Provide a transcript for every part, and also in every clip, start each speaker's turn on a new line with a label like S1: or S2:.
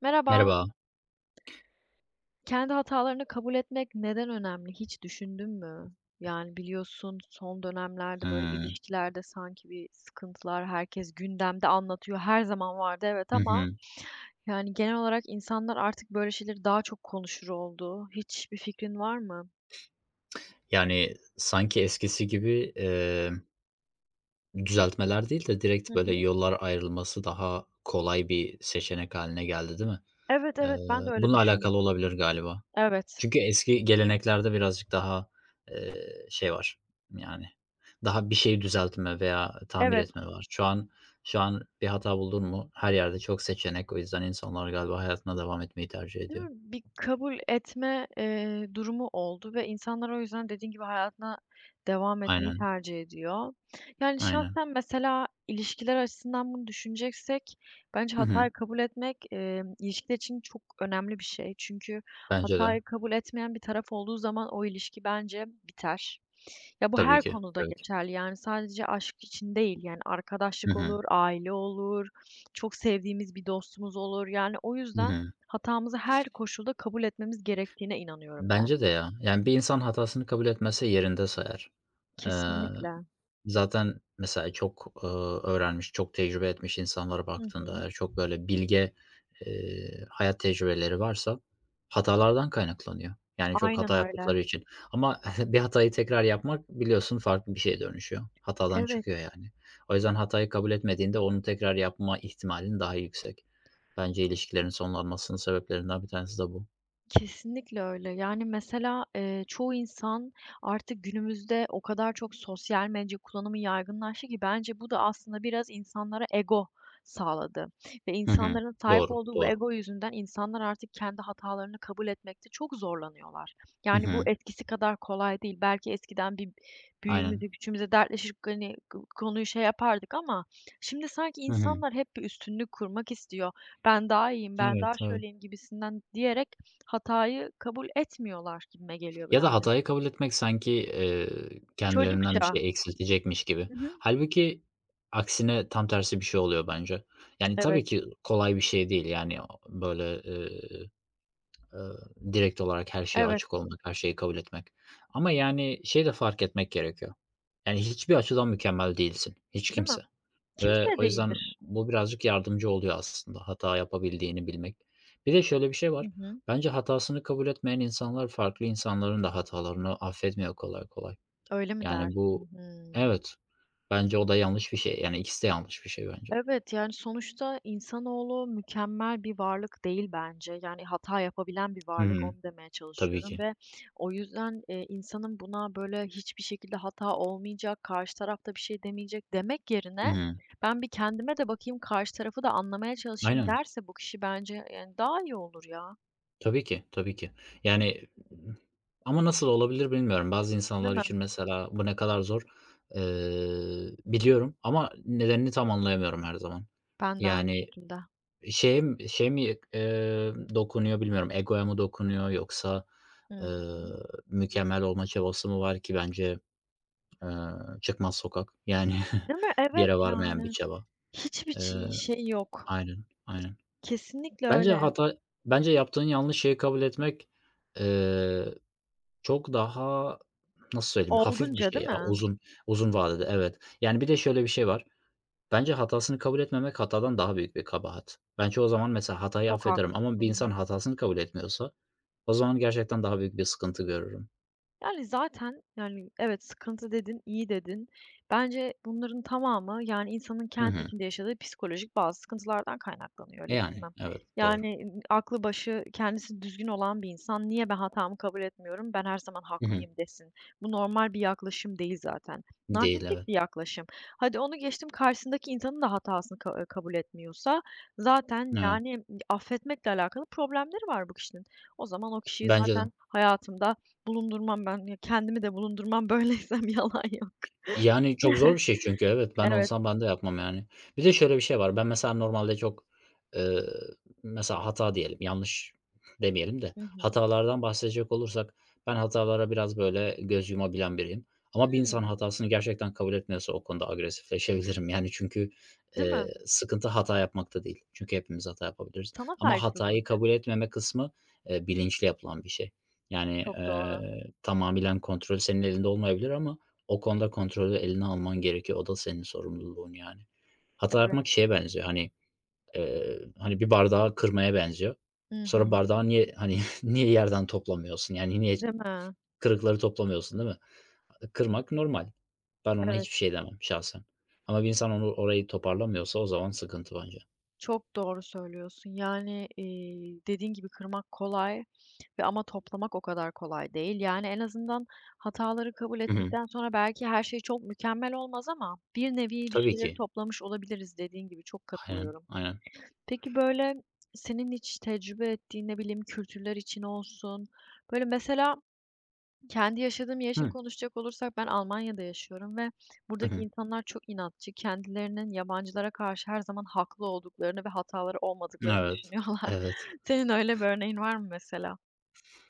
S1: Merhaba.
S2: Merhaba.
S1: Kendi hatalarını kabul etmek neden önemli? Hiç düşündün mü? Yani biliyorsun son dönemlerde böyle
S2: Hımm.
S1: ilişkilerde sanki bir sıkıntılar herkes gündemde anlatıyor. Her zaman vardı, evet,
S2: Hı
S1: ama
S2: hı.
S1: yani genel olarak insanlar artık böyle şeyleri daha çok konuşur oldu. Hiç bir fikrin var mı?
S2: Yani, sanki eskisi gibi, düzeltmeler değil de
S1: Hı
S2: direkt böyle
S1: hı.
S2: yollar ayrılması daha kolay bir seçenek hâline geldi, değil mi?
S1: Evet,
S2: Eee,
S1: evet, ben de öyle
S2: bununla alakalı
S1: düşündüm.
S2: olabilir galiba.
S1: Evet.
S2: Çünkü eski geleneklerde birazcık daha, eee, şey var, yani, daha bir şeyi düzeltme veya tamir
S1: Evet.
S2: etme var. Şu an bir hata buldun mu her yerde çok seçenek. O yüzden insanlar galiba hayatına devam etmeyi tercih
S1: Değil mi?
S2: ediyor.
S1: Bir kabul etme, durumu oldu ve insanlar o yüzden dediğin gibi hayatına devam etmeyi
S2: Aynen,
S1: tercih ediyor. Yani
S2: aynen.
S1: şahsen mesela ilişkiler açısından bunu düşüneceksek bence
S2: Hı
S1: hatayı
S2: hı.
S1: kabul etmek, ilişkiler için çok önemli bir şey. Çünkü
S2: Bence de.
S1: hatayı kabul etmeyen bir taraf olduğu zaman o ilişki bence biter. Ya, bu
S2: Tabii
S1: her
S2: ki,
S1: konuda
S2: tabii ki.
S1: geçerli, yani sadece aşk için değil, yani
S2: Hı
S1: arkadaşlık
S2: hı.
S1: olur, aile olur, çok sevdiğimiz bir dostumuz olur. Yani o
S2: Hı
S1: yüzden
S2: hı.
S1: hatamızı her koşulda kabul etmemiz gerektiğine inanıyorum ben.
S2: Bence de ya. Yani bir insan hatasını kabul etmezse yerinde sayar. Eee,
S1: Kesinlikle.
S2: zaten mesela çok, öğrenmiş, çok tecrübe etmiş insanlara
S1: Hı
S2: baktığında
S1: hı.
S2: eğer çok böyle bilge, hayat tecrübeleri varsa hatalardan kaynaklanıyor. Yani çok
S1: Aynen
S2: hata
S1: öyle.
S2: yaptıkları için ama bir hatayı tekrar yapmak biliyorsun farklı bir şeye dönüşüyor. Hatadan
S1: Evet.
S2: çıkıyor yani. O yüzden hatayı kabul etmediğinde onu tekrar yapma ihtimalin daha yüksek. Bence ilişkilerin sonlanmasının sebeplerinden bir tanesi de bu.
S1: Kesinlikle öyle. Yani, mesela, çoğu insan artık günümüzde o kadar çok sosyal medya kullanımı yaygınlaştı ki bence bu da aslında biraz insanlara ego sağladı ve
S2: Hı hı.
S1: insanların sahip
S2: Doğru,
S1: olduğu bu
S2: doğru.
S1: ego yüzünden insanlar artık kendi hatalarını kabul etmekte çok zorlanıyorlar.
S2: Hı
S1: Yani, bu
S2: hı.
S1: etkisi kadar kolay değil. Belki eskiden bir
S2: Aynen.
S1: büyüğümüzle küçüğümüzle dertleşip, hani, konuyu şey yapardık ama şimdi sanki
S2: Hı hı.
S1: insanlar hep bir üstünlük kurmak istiyor. "Ben daha iyiyim, ben daha
S2: Evet, evet.
S1: şöyleyim." gibisinden diyerek hatayı kabul etmiyorlar gibime geliyor bu
S2: Ya da
S1: yani.
S2: hatayı kabul etmek sanki, kendilerinden bir
S1: Çocukça.
S2: şey eksiltecekmiş gibi.
S1: Hı hı.
S2: Halbuki aksine tam tersi bir şey oluyor bence. Yani,
S1: Evet,
S2: tabii ki kolay bir şey değil, yani, böyle, eee, direkt olarak her şeye
S1: evet.
S2: açık olmak, her şeyi kabul etmek. Ama, yani, şey de fark etmek gerekiyor. Yani, hiçbir açıdan mükemmel değilsin, hiç
S1: Değil mi?
S2: kimse. Ve
S1: Kimse
S2: o yüzden
S1: değildir.
S2: bu birazcık yardımcı oluyor aslında hata yapabildiğini bilmek. Bir de şöyle bir şey
S1: Hı
S2: var.
S1: hı.
S2: Bence hatasını kabul etmeyen insanlar farklı insanların da hatalarını affetmiyor kolay kolay.
S1: Öyle mi
S2: Yani bu.
S1: dersin? Hımm.
S2: Evet, bence o da yanlış bir şey. Yani ikisi de yanlış bir şey bence.
S1: Evet, yani, sonuçta insanoğlu mükemmel bir varlık değil bence. Yani, hata yapabilen bir
S2: Hı
S1: varlık,
S2: hı.
S1: onu demeye
S2: Tabii
S1: çalışıyorum
S2: ki.
S1: ve o yüzden, insanın buna böyle hiçbir şekilde hata olmayacak, karşı taraf da bir şey demeyecek demek
S2: Hı
S1: yerine
S2: hı.
S1: ben bir kendime de bakayım, karşı tarafı da anlamaya çalışayım
S2: Aynen.
S1: derse bu kişi bence, yani, daha iyi olur ya.
S2: Tabii ki, tabii ki. Yani ama nasıl olabilir bilmiyorum. Bazı
S1: Değil
S2: insanlar
S1: mi?
S2: için mesela bu ne kadar zor, biliyorum ama nedenini tam anlayamıyorum her zaman.
S1: Ben de aynı
S2: Yani
S1: şekilde.
S2: şey, şeye mi, dokunuyor bilmiyorum, egoya mı dokunuyor yoksa,
S1: Hı hı.
S2: eee, mükemmel olma çabası mı var ki bence, eee, çıkmaz sokak. Yani
S1: Değil mi?
S2: bir
S1: Evet,
S2: yere varmayan bir
S1: yani
S2: çaba.
S1: hiçbir
S2: Eee,
S1: şey yok.
S2: aynen, aynen.
S1: Kesinlikle
S2: Bence
S1: öyle.
S2: hata bence yaptığın yanlış şeyi kabul etmek, eee, çok daha, nasıl söyleyeyim, hafif bir
S1: Olgunca
S2: şey
S1: değil
S2: ya
S1: mi?
S2: uzun vadede, evet. Yani bir de şöyle bir şey var. Bence hatasını kabul etmemek hatadan daha büyük bir kabahat. Ben çoğu zaman mesela hatayı
S1: Çok
S2: affederim ama bir
S1: haklısın.
S2: insan hatasını kabul etmiyorsa o zaman gerçekten daha büyük bir sıkıntı görürüm.
S1: Yani, zaten, yani, evet, sıkıntı dedin, iyi dedin. Bence bunların tamamı, yani, insanın
S2: Hı
S1: kendi
S2: hı.
S1: içinde yaşadığı psikolojik bazı sıkıntılardan kaynaklanıyor, öyle değil mi?
S2: Yani evet, doğru.
S1: Yani, aklı başı, kendisi düzgün olan bir insan, "Niye ben hatamı kabul etmiyorum, ben her zaman
S2: Hı hı.
S1: haklıyım." desin. Bu normal bir yaklaşım değil zaten.
S2: Değil,
S1: Narsistik
S2: evet.
S1: bir yaklaşım. Hadi onu geçtim, karşısındaki insanın da hatasını kabul etmiyorsa zaten,
S2: Evet.
S1: yani, affetmekle alakalı problemleri var bu kişinin. O zaman o kişiyi
S2: Bence de.
S1: zaten hayatımda bulundurmam ben. Ya, kendimi de bulundurmam böyleysem, yalan yok.
S2: Yani, çok zor bir şey çünkü evet. Ben
S1: Evet.
S2: olsam ben de yapmam yani. Bir de şöyle bir şey var. Ben mesela normalde çok, eee, mesela hata diyelim, yanlış demeyelim de
S1: Hı hı.
S2: hatalardan bahsedecek olursak ben hatalara biraz böyle göz yumabilen biriyim. Ama bir insan
S1: Hımm.
S2: hatasını gerçekten kabul etmiyorsa o konuda agresifleşebilirim. Yani çünkü,
S1: Değil mi?
S2: sıkıntı hata yapmakta değil. Çünkü hepimiz hata yapabiliriz.
S1: Sana
S2: Ama hatayı
S1: saygısızlık.
S2: kabul etmeme kısmı, bilinçli yapılan bir şey. Yani,
S1: Çok doğru.
S2: tamamıyla kontrol senin elinde olmayabilir ama o konuda kontrolü eline alman gerekiyor. O da senin sorumluluğun yani. Hata
S1: Evet.
S2: yapmak şeye benziyor, hani, bir bardağı kırmaya benziyor.
S1: Hı
S2: Sonra
S1: hı.
S2: bardağı niye, hani, niye yerden toplamıyorsun? Yani niye
S1: Değil mi?
S2: kırıkları toplamıyorsun, değil mi? Kırmak normal. Ben ona
S1: Evet.
S2: hiçbir şey demem şahsen. Ama bir insan onu orayı toparlamıyorsa o zaman sıkıntı bence.
S1: Çok doğru söylüyorsun. Yani, dediğin gibi kırmak kolay ve ama toplamak o kadar kolay değil. Yani, en azından hataları kabul
S2: Hı hı.
S1: ettikten sonra belki her şey çok mükemmel olmaz ama bir nevi bir
S2: Tabii
S1: şeyleri
S2: ki.
S1: toplamış olabiliriz dediğin gibi. Çok
S2: Aynen,
S1: katılıyorum.
S2: aynen.
S1: Peki, böyle, senin hiç tecrübe ettiğin, ne bileyim, kültürler için olsun, böyle, mesela kendi yaşadığım yer için
S2: Hı.
S1: konuşacak olursak ben Almanya'da yaşıyorum ve
S2: Hı
S1: buradaki
S2: hı.
S1: insanlar çok inatçı. Kendilerinin yabancılara karşı her zaman haklı olduklarını ve hataları olmadıklarını
S2: Evet.
S1: düşünüyorlar.
S2: Evet.
S1: Senin öyle bir örneğin var mı mesela?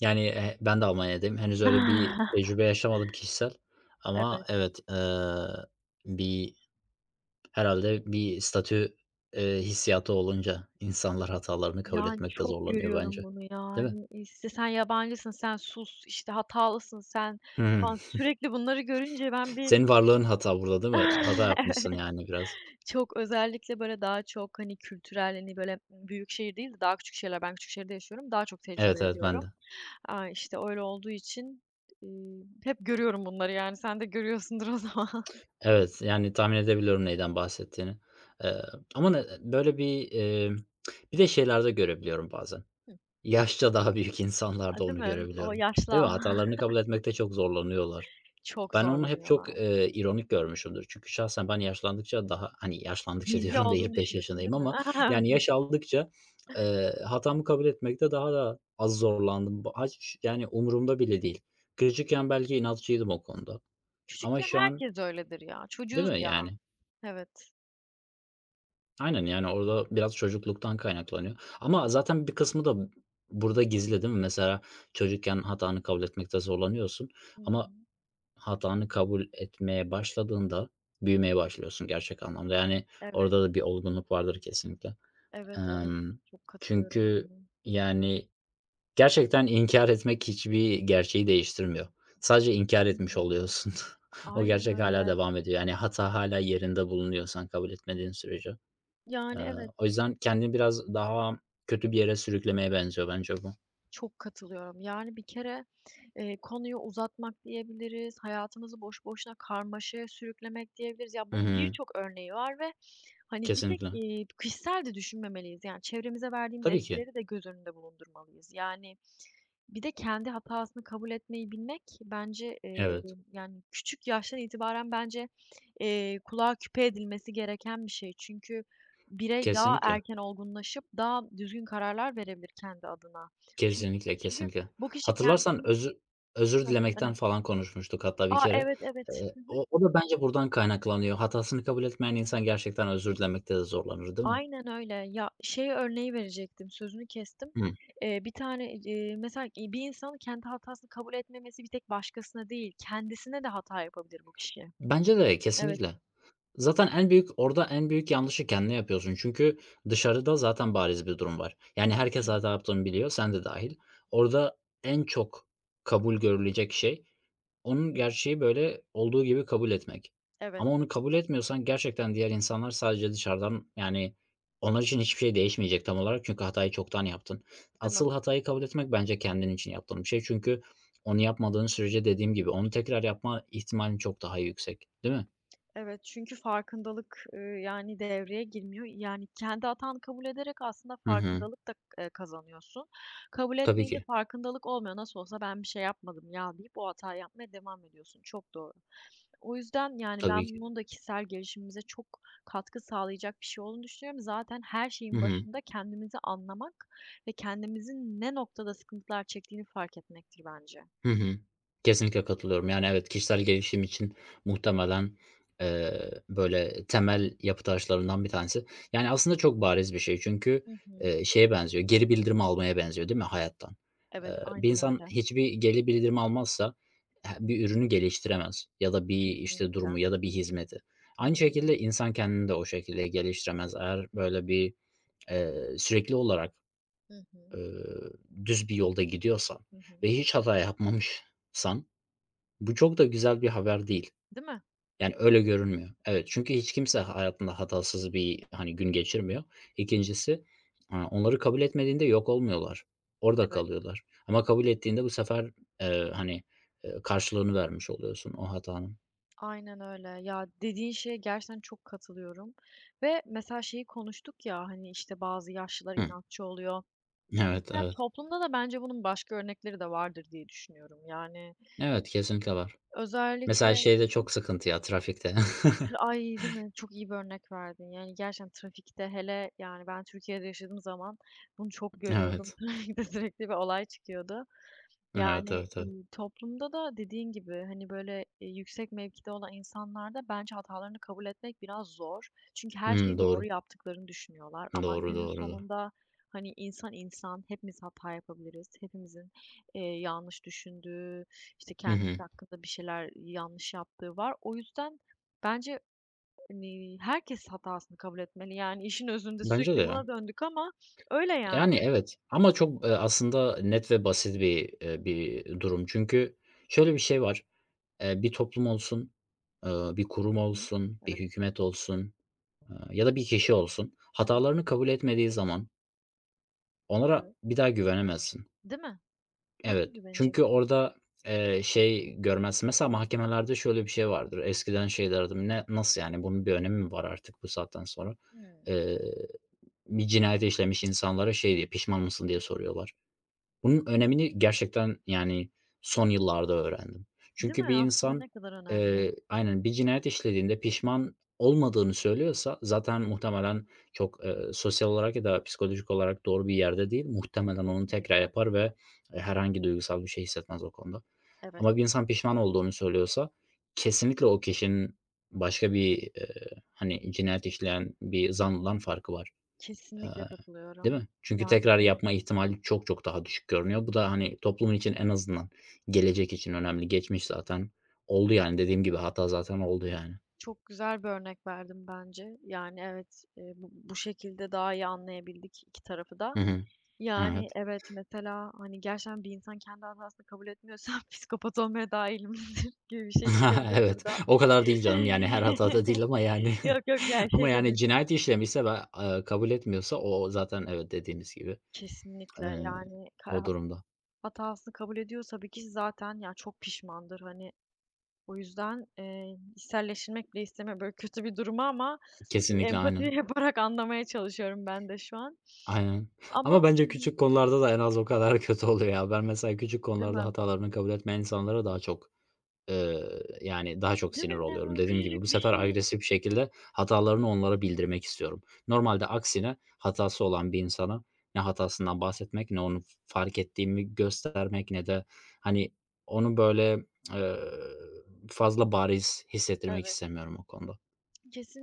S2: Yani, ben de Almanya'dayım. Henüz öyle bir
S1: Ah,
S2: tecrübe yaşamadım kişisel ama
S1: evet.
S2: evet, bir herhâlde bir statü, hissiyatı olunca insanlar hatalarını kabul
S1: Yani,
S2: etmekte
S1: çok
S2: zorlanıyor bence.
S1: görüyorum bunu,
S2: Değil mi?
S1: yani. İşte, "Sen yabancısın, sen sus.", işte, "Hatalısın sen."
S2: Hı.
S1: falan. Sürekli bunları görünce ben bir
S2: Senin varlığın hata burada, değil mi? Hata yapmışsın
S1: evet.
S2: yani biraz.
S1: Çok, özellikle, böyle, daha çok, hani, kültürel, hani, böyle, büyük şehir değil de daha küçük şehirler, ben küçük şehirde yaşıyorum, daha çok tecrübe
S2: Evet, evet, ben
S1: ediyorum.
S2: de.
S1: Aaa, işte, öyle olduğu için, hep görüyorum bunları, yani, sen de görüyorsundur o zaman.
S2: Evet, yani tahmin edebiliyorum neyden bahsettiğini. Eee, ama ne böyle bir, bir de şeylerde görebiliyorum bazen.
S1: Hıh.
S2: Yaşça daha büyük
S1: A,
S2: insanlarda
S1: değil
S2: onu
S1: mi? O
S2: görebiliyorum. Değil
S1: yaşlı
S2: mi? Hatalarını kabul etmekte çok zorlanıyorlar.
S1: çok
S2: Ben onu hep çok,
S1: zorlanıyorlar.
S2: ironik görmüşümdür. Çünkü şahsen ben yaşlandıkça daha, hani, yaşlandıkça
S1: Bilgi
S2: diyorum da
S1: olduğunu
S2: 25
S1: düşünürsün,
S2: yaşındayım
S1: değil mi?
S2: ama yani yaş aldıkça, hatamı kabul etmekte daha da az zorlandım. Bu aç yani umurumda bile değil. Küçükken belki inatçıydım o konuda ama
S1: Küçükken
S2: şu an.
S1: herkes öyledir ya.
S2: Değil
S1: Çocuğuz
S2: mi
S1: ya.
S2: yani?
S1: Evet.
S2: Aynen, yani, orada biraz çocukluktan kaynaklanıyor ama zaten bir kısmı da burada gizli değil mi? Mesela çocukken hatanı kabul etmekte zorlanıyorsun
S1: Hı
S2: ama
S1: hı.
S2: hatanı kabul etmeye başladığında büyümeye başlıyorsun gerçek anlamda. Yani,
S1: Evet,
S2: orada da bir olgunluk vardır kesinlikle.
S1: evet, evet.
S2: Emm,
S1: Çok katılıyorum
S2: çünkü,
S1: ona.
S2: yani, gerçekten inkar etmek hiçbir gerçeği değiştirmiyor. Sadece inkar
S1: Hı
S2: etmiş
S1: hı.
S2: oluyorsun. O
S1: Aynen
S2: gerçek hala
S1: öyle.
S2: devam ediyor. Yani, hata hala yerinde bulunuyor sen kabul etmediğin sürece. Eee,
S1: Yani, evet.
S2: o yüzden kendini biraz daha kötü bir yere sürüklemeye benziyor bence bu.
S1: Çok katılıyorum. Yani, bir kere, konuyu uzatmak diyebiliriz, hayatımızı boş boşuna karmaşaya sürüklemek diyebiliriz. Ya,
S2: Hı
S1: bunun
S2: hı.
S1: birçok örneği var ve, hani, bir tek,
S2: Kesinlikle.
S1: kişisel de düşünmemeliyiz. Yani, çevremize verdiğimiz
S2: Tabii ki.
S1: etkileri de göz önünde bulundurmalıyız. Yani bir de kendi hatasını kabul etmeyi bilmek bence,
S2: Evet.
S1: yani küçük yaştan itibaren bence, kulağa küpe edilmesi gereken bir şey. Çünkü birey daha
S2: Kesinlikle.
S1: erken olgunlaşıp daha düzgün kararlar verebilir kendi adına. Çün
S2: Kesinlikle,
S1: çünkü
S2: kesinlikle.
S1: bu kişi
S2: Hatırlarsan
S1: kendini
S2: özür
S1: hıh,
S2: dilemekten
S1: önem
S2: falan konuşmuştuk hatta bir
S1: A,
S2: kere.
S1: evet, evet.
S2: Eee,
S1: Hı hı.
S2: o o da bence buradan kaynaklanıyor. Hatasını kabul etmeyen insan gerçekten özür dilemekte de zorlanır, değil mi?
S1: Aynen öyle. Ya, şey örneği verecektim, sözünü kestim.
S2: Hı.
S1: Bir tane, mesela, bir insanın kendi hatasını kabul etmemesi bir tek başkasına değil, kendisine de hata yapabilir bu kişi.
S2: Bence de
S1: Evet.
S2: kesinlikle. Zaten en büyük orada en büyük yanlışı kendine yapıyorsun. Çünkü dışarıda zaten bariz bir durum var. Yani herkes
S1: Hı.
S2: hata yaptığını biliyor, sen de dahil. Orada en çok kabul görülecek şey, onun gerçeği, böyle, olduğu gibi kabul etmek.
S1: Evet,
S2: Ama onu kabul etmiyorsan gerçekten diğer insanlar sadece dışarıdan, yani, onlar için hiçbir şey değişmeyecek tam olarak çünkü hatayı çoktan yaptın.
S1: değil mi?
S2: Asıl hatayı kabul etmek bence kendin için yaptığın bir şey. Çünkü onu yapmadığın sürece dediğim gibi onu tekrar yapma ihtimalin çok daha yüksek, değil mi?
S1: Evet, çünkü farkındalık, yani, devreye girmiyor. Yani, kendi hatanı kabul ederek aslında
S2: Hı hı.
S1: farkındalık da, kazanıyorsun. Kabul
S2: Tabii
S1: etmeyince
S2: ki.
S1: farkındalık olmuyor. Nasıl olsa ben bir şey yapmadım ya deyip o hatayı yapmaya devam ediyorsun. Çok doğru. O yüzden, yani,
S2: Tabii ki.
S1: ben bunun da kişisel gelişimimize çok katkı sağlayacak bir şey olduğunu düşünüyorum. Zaten her
S2: Hı
S1: şeyin
S2: hı.
S1: başında kendimizi anlamak ve kendimizin ne noktada sıkıntılar çektiğini fark etmektir bence.
S2: Hı hı. Kesinlikle katılıyorum. Yani, evet, kişisel gelişim için muhtemelen, böyle temel yapı taşlarından bir tanesi. Yani, aslında çok bariz bir şey çünkü,
S1: Hı hı.
S2: şeye benziyor, geri bildirim almaya benziyor, değil mi hayattan? Eee,
S1: Evet,
S2: bir
S1: aynen
S2: insan
S1: öyle.
S2: hiçbir geri bildirim almazsa he bir ürünü geliştiremez ya da bir, işte,
S1: Kesinlikle.
S2: durumu ya da bir hizmeti.
S1: Hı
S2: Aynı
S1: hı.
S2: şekilde insan kendini de o şekilde geliştiremez. Eğer böyle bir, sürekli olarak
S1: Hı hı.
S2: Iıı, düz bir yolda gidiyorsan
S1: Hı hı.
S2: ve hiç hata yapmamışsan bu çok da güzel bir haber değil.
S1: Değil mi?
S2: Yani öyle görünmüyor. Evet, çünkü hiç kimse hayatında hatasız bir, hani, gün geçirmiyor. İkincisi onları kabul etmediğinde yok olmuyorlar. Orada
S1: Evet,
S2: kalıyorlar. Ama kabul ettiğinde bu sefer, hani, karşılığını vermiş oluyorsun o hatanın.
S1: aynen öyle. Ya, dediğin şeye gerçekten çok katılıyorum ve mesela şeyi konuştuk ya, hani, işte, bazı yaşlılar
S2: Hı.
S1: inatçı oluyor.
S2: Evet,
S1: Ya,
S2: evet.
S1: toplumda da bence bunun başka örnekleri de vardır diye düşünüyorum. Yani
S2: Evet, kesinlikle var. Mesela
S1: özellikle hı
S2: şeyde
S1: hı.
S2: çok sıkıntı ya, trafikte.
S1: Ay, değil mi? Çok iyi bir örnek verdin. Yani gerçekten trafikte hele, yani, ben Türkiye'de yaşadığım zaman bunu çok görüyordum.
S2: Evet.
S1: Trafikte sürekli bir olay çıkıyordu.
S2: Evet,
S1: Yani,
S2: evet, evet.
S1: toplumda da dediğin gibi, hani, böyle, yüksek mevkide olan insanlarda bence hatalarını kabul etmek biraz zor. Çünkü her
S2: Hımm,
S1: şeyi doğru
S2: doğru.
S1: yaptıklarını düşünüyorlar ama
S2: Doğru,
S1: günün
S2: doğru, doğru.
S1: sonunda, hani, insan, hepimiz hata yapabiliriz. Hepimizin, yanlış düşündüğü, işte,
S2: Hı
S1: kendimiz
S2: hı.
S1: hakkında bir şeyler yanlış yaptığı var. O yüzden bence, hani, herkes hatasını kabul etmeli. Yani işin özünde
S2: Bence
S1: sürekli
S2: de
S1: buna
S2: ya.
S1: döndük ama öyle yani.
S2: Yani, evet ama çok, aslında net ve basit bir durum. Çünkü şöyle bir şey var, bir toplum olsun, eee, bir
S1: Hı
S2: kurum
S1: hı.
S2: olsun, bir
S1: Evet.
S2: hükümet olsun, ya da bir kişi olsun,
S1: Hı hı.
S2: hatalarını kabul etmediği zaman onlara
S1: Evet.
S2: bir daha güvenemezsin.
S1: Değil mi? Nasıl
S2: Evet.
S1: güvenecek?
S2: Çünkü orada, şey görmezsin. Mesela mahkemelerde şöyle bir şey vardır. Eskiden şey derdim, "Ne, nasıl yani bunun bir önemi mi var artık bu saatten sonra?"
S1: Hımm.
S2: E, Bir cinayeti işlemiş insanlara şey diye, "Pişman mısın?" diye soruyorlar. Bunun önemini gerçekten, yani, son yıllarda öğrendim.
S1: Değil
S2: Çünkü
S1: mi?
S2: bir
S1: Aslında
S2: insan,
S1: ne kadar önemli.
S2: aynen, bir cinayet işlediğinde pişman olmadığını söylüyorsa zaten muhtemelen çok, sosyal olarak ya da psikolojik olarak doğru bir yerde değil. Muhtemelen onu tekrar
S1: Kesinlikle.
S2: yapar ve, herhangi duygusal bir şey hissetmez o konuda.
S1: Evet,
S2: Ama bir insan pişman olduğunu söylüyorsa kesinlikle o kişinin başka bir, hani, cinayet işleyen bir zanlıdan farkı var.
S1: kesinlikle
S2: Değil
S1: katılıyorum.
S2: mi? Çünkü
S1: Yani,
S2: tekrar
S1: evet,
S2: yapma ihtimali çok çok daha düşük görünüyor. Bu da, hani, toplumun için en azından gelecek için önemli. Geçmiş zaten oldu, yani, dediğim gibi hata zaten oldu, yani.
S1: çok güzel bir örnek verdim bence. Yani, evet, bu şekilde daha iyi anlayabildik 2 tarafı da.
S2: Hı hı.
S1: Yani,
S2: Evet.
S1: evet, mesela, hani, gerçekten bir insan kendi hatasını kabul etmiyorsa psikopat olmaya daha eğilimlidir gibi bir şey çıkabilir
S2: Evet.
S1: buradan.
S2: O kadar değil canım, yani, her hatada değil ama, yani,
S1: Yok, yok, yani,
S2: ama,
S1: şey
S2: yani,
S1: tabii.
S2: cinayet işlemişse ve, kabul etmiyorsa o zaten evet, dediğiniz gibi,
S1: Kesinlikle,
S2: eee,
S1: yani,
S2: o durumda.
S1: hatasını kabul ediyorsa bir kişi zaten, ya, çok pişmandır. Hani, o yüzden, içselleştirmek bile istemiyorum, böyle, kötü bir durumu ama bu
S2: Kesinlikle,
S1: empati
S2: aynen.
S1: yaparak anlamaya çalışıyorum ben de şu an.
S2: Aynen. Ama
S1: Ama hı
S2: bence
S1: hı.
S2: küçük konularda da en az o kadar kötü oluyor ya. Ben mesela küçük
S1: Değil
S2: konularda
S1: mi?
S2: hatalarını kabul etmeyen insanlara daha çok yani daha çok
S1: Değil mi?
S2: sinir oluyorum.
S1: Yani
S2: Dediğim gibi bu
S1: küçücük bir
S2: sefer
S1: şey.
S2: agresif bir şekilde hatalarını onlara bildirmek istiyorum. Normalde aksine hatası olan bir insana ne hatasından bahsetmek, ne onu fark ettiğimi göstermek, ne de hani onu böyle, eee, fazla bariz hissettirmek
S1: Evet,
S2: istemiyorum o konuda.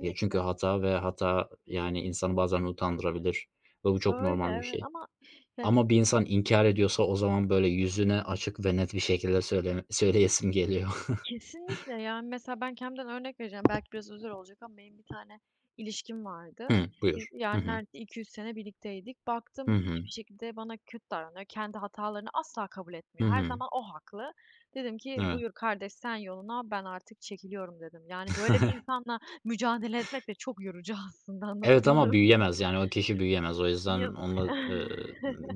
S2: Ya, çünkü hata ve hata, yani, insanı bazen utandırabilir ve bu çok
S1: Öyle,
S2: normal bir
S1: evet,
S2: şey.
S1: ama yani
S2: Ama bir insan
S1: hı hı.
S2: inkar ediyorsa o zaman böyle yüzüne açık ve net bir şekilde söyleyesim geliyor.
S1: Kesinlikle. Yani, mesela ben kendimden örnek vereceğim. Belki biraz özel olacak ama benim bir tane ilişkim vardı.
S2: Hıı,
S1: Biz,
S2: buyur. Hı
S1: yani,
S2: hı.
S1: neredeyse 2-3 sene birlikteydik.
S2: Hı
S1: Baktım
S2: hı.
S1: hiçbir şekilde bana kötü davranıyor. Kendi hatalarını asla kabul
S2: Hı
S1: etmiyor. Her
S2: hı.
S1: zaman o haklı. Dedim ki,
S2: Evet.
S1: "Buyur kardeş, sen yoluna, ben artık çekiliyorum." dedim. Yani, böyle bir insanla mücadele etmek de çok yorucu aslında,
S2: Evet ama
S1: anlatabiliyor muyum?
S2: büyüyemez, yani, o kişi büyüyemez. O yüzden
S1: Yazık.
S2: onunla,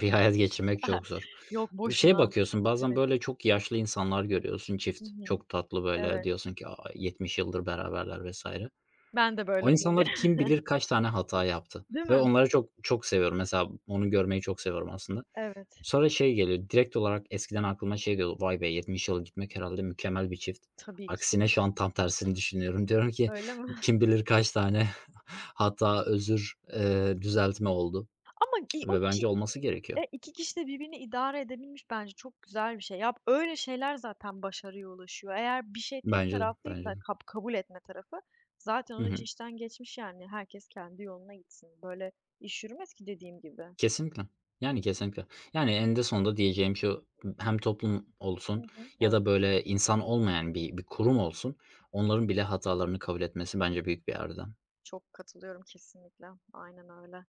S2: bir hayat geçirmek çok zor.
S1: Yok
S2: Şeye
S1: boşuna.
S2: bakıyorsun, bazen
S1: Evet.
S2: böyle çok yaşlı insanlar görüyorsun,
S1: Hı
S2: çift.
S1: hı.
S2: Çok tatlı, böyle,
S1: Evet.
S2: diyorsun ki, "A, 70 yıldır beraberler." vs.
S1: Ben de böyle
S2: O insanlar
S1: olabilirim.
S2: kim bilir kaç tane hata yaptı
S1: Değil
S2: ve
S1: mi?
S2: onları çok çok seviyorum. Mesela onu görmeyi çok seviyorum aslında.
S1: Evet.
S2: Sonra şey geliyor, direkt olarak eskiden aklıma şey geliyor, "Vay be, 70 yıl gitmek herhalde mükemmel bir çift."
S1: Tabii ki.
S2: Aksine şu an tam tersini düşünüyorum. Diyorum ki,
S1: Öyle mi?
S2: kim bilir kaç tane hata, özür, düzeltme oldu
S1: Ama o
S2: ve
S1: kişi,
S2: bence olması gerekiyor.
S1: e, 2 kişi de birbirini idare edebilmiş, bence çok güzel bir şey. Ya, öyle şeyler zaten başarıya ulaşıyor. Eğer bir şey tek
S2: Bence de, bence
S1: taraflıysa
S2: de.
S1: kabul etme tarafı zaten
S2: Hı
S1: o iş
S2: hı.
S1: işten geçmiş yani. Herkes kendi yoluna gitsin. Böyle iş yürümez ki dediğim gibi.
S2: Kesinlikle. Yani kesinlikle. Yani eninde sonunda diyeceğim şu, hem toplum
S1: Hı
S2: olsun
S1: hı.
S2: ya
S1: Evet,
S2: da böyle insan olmayan bir kurum olsun, onların bile hatalarını kabul etmesi bence büyük bir erdem.
S1: çok katılıyorum kesinlikle. Aynen öyle.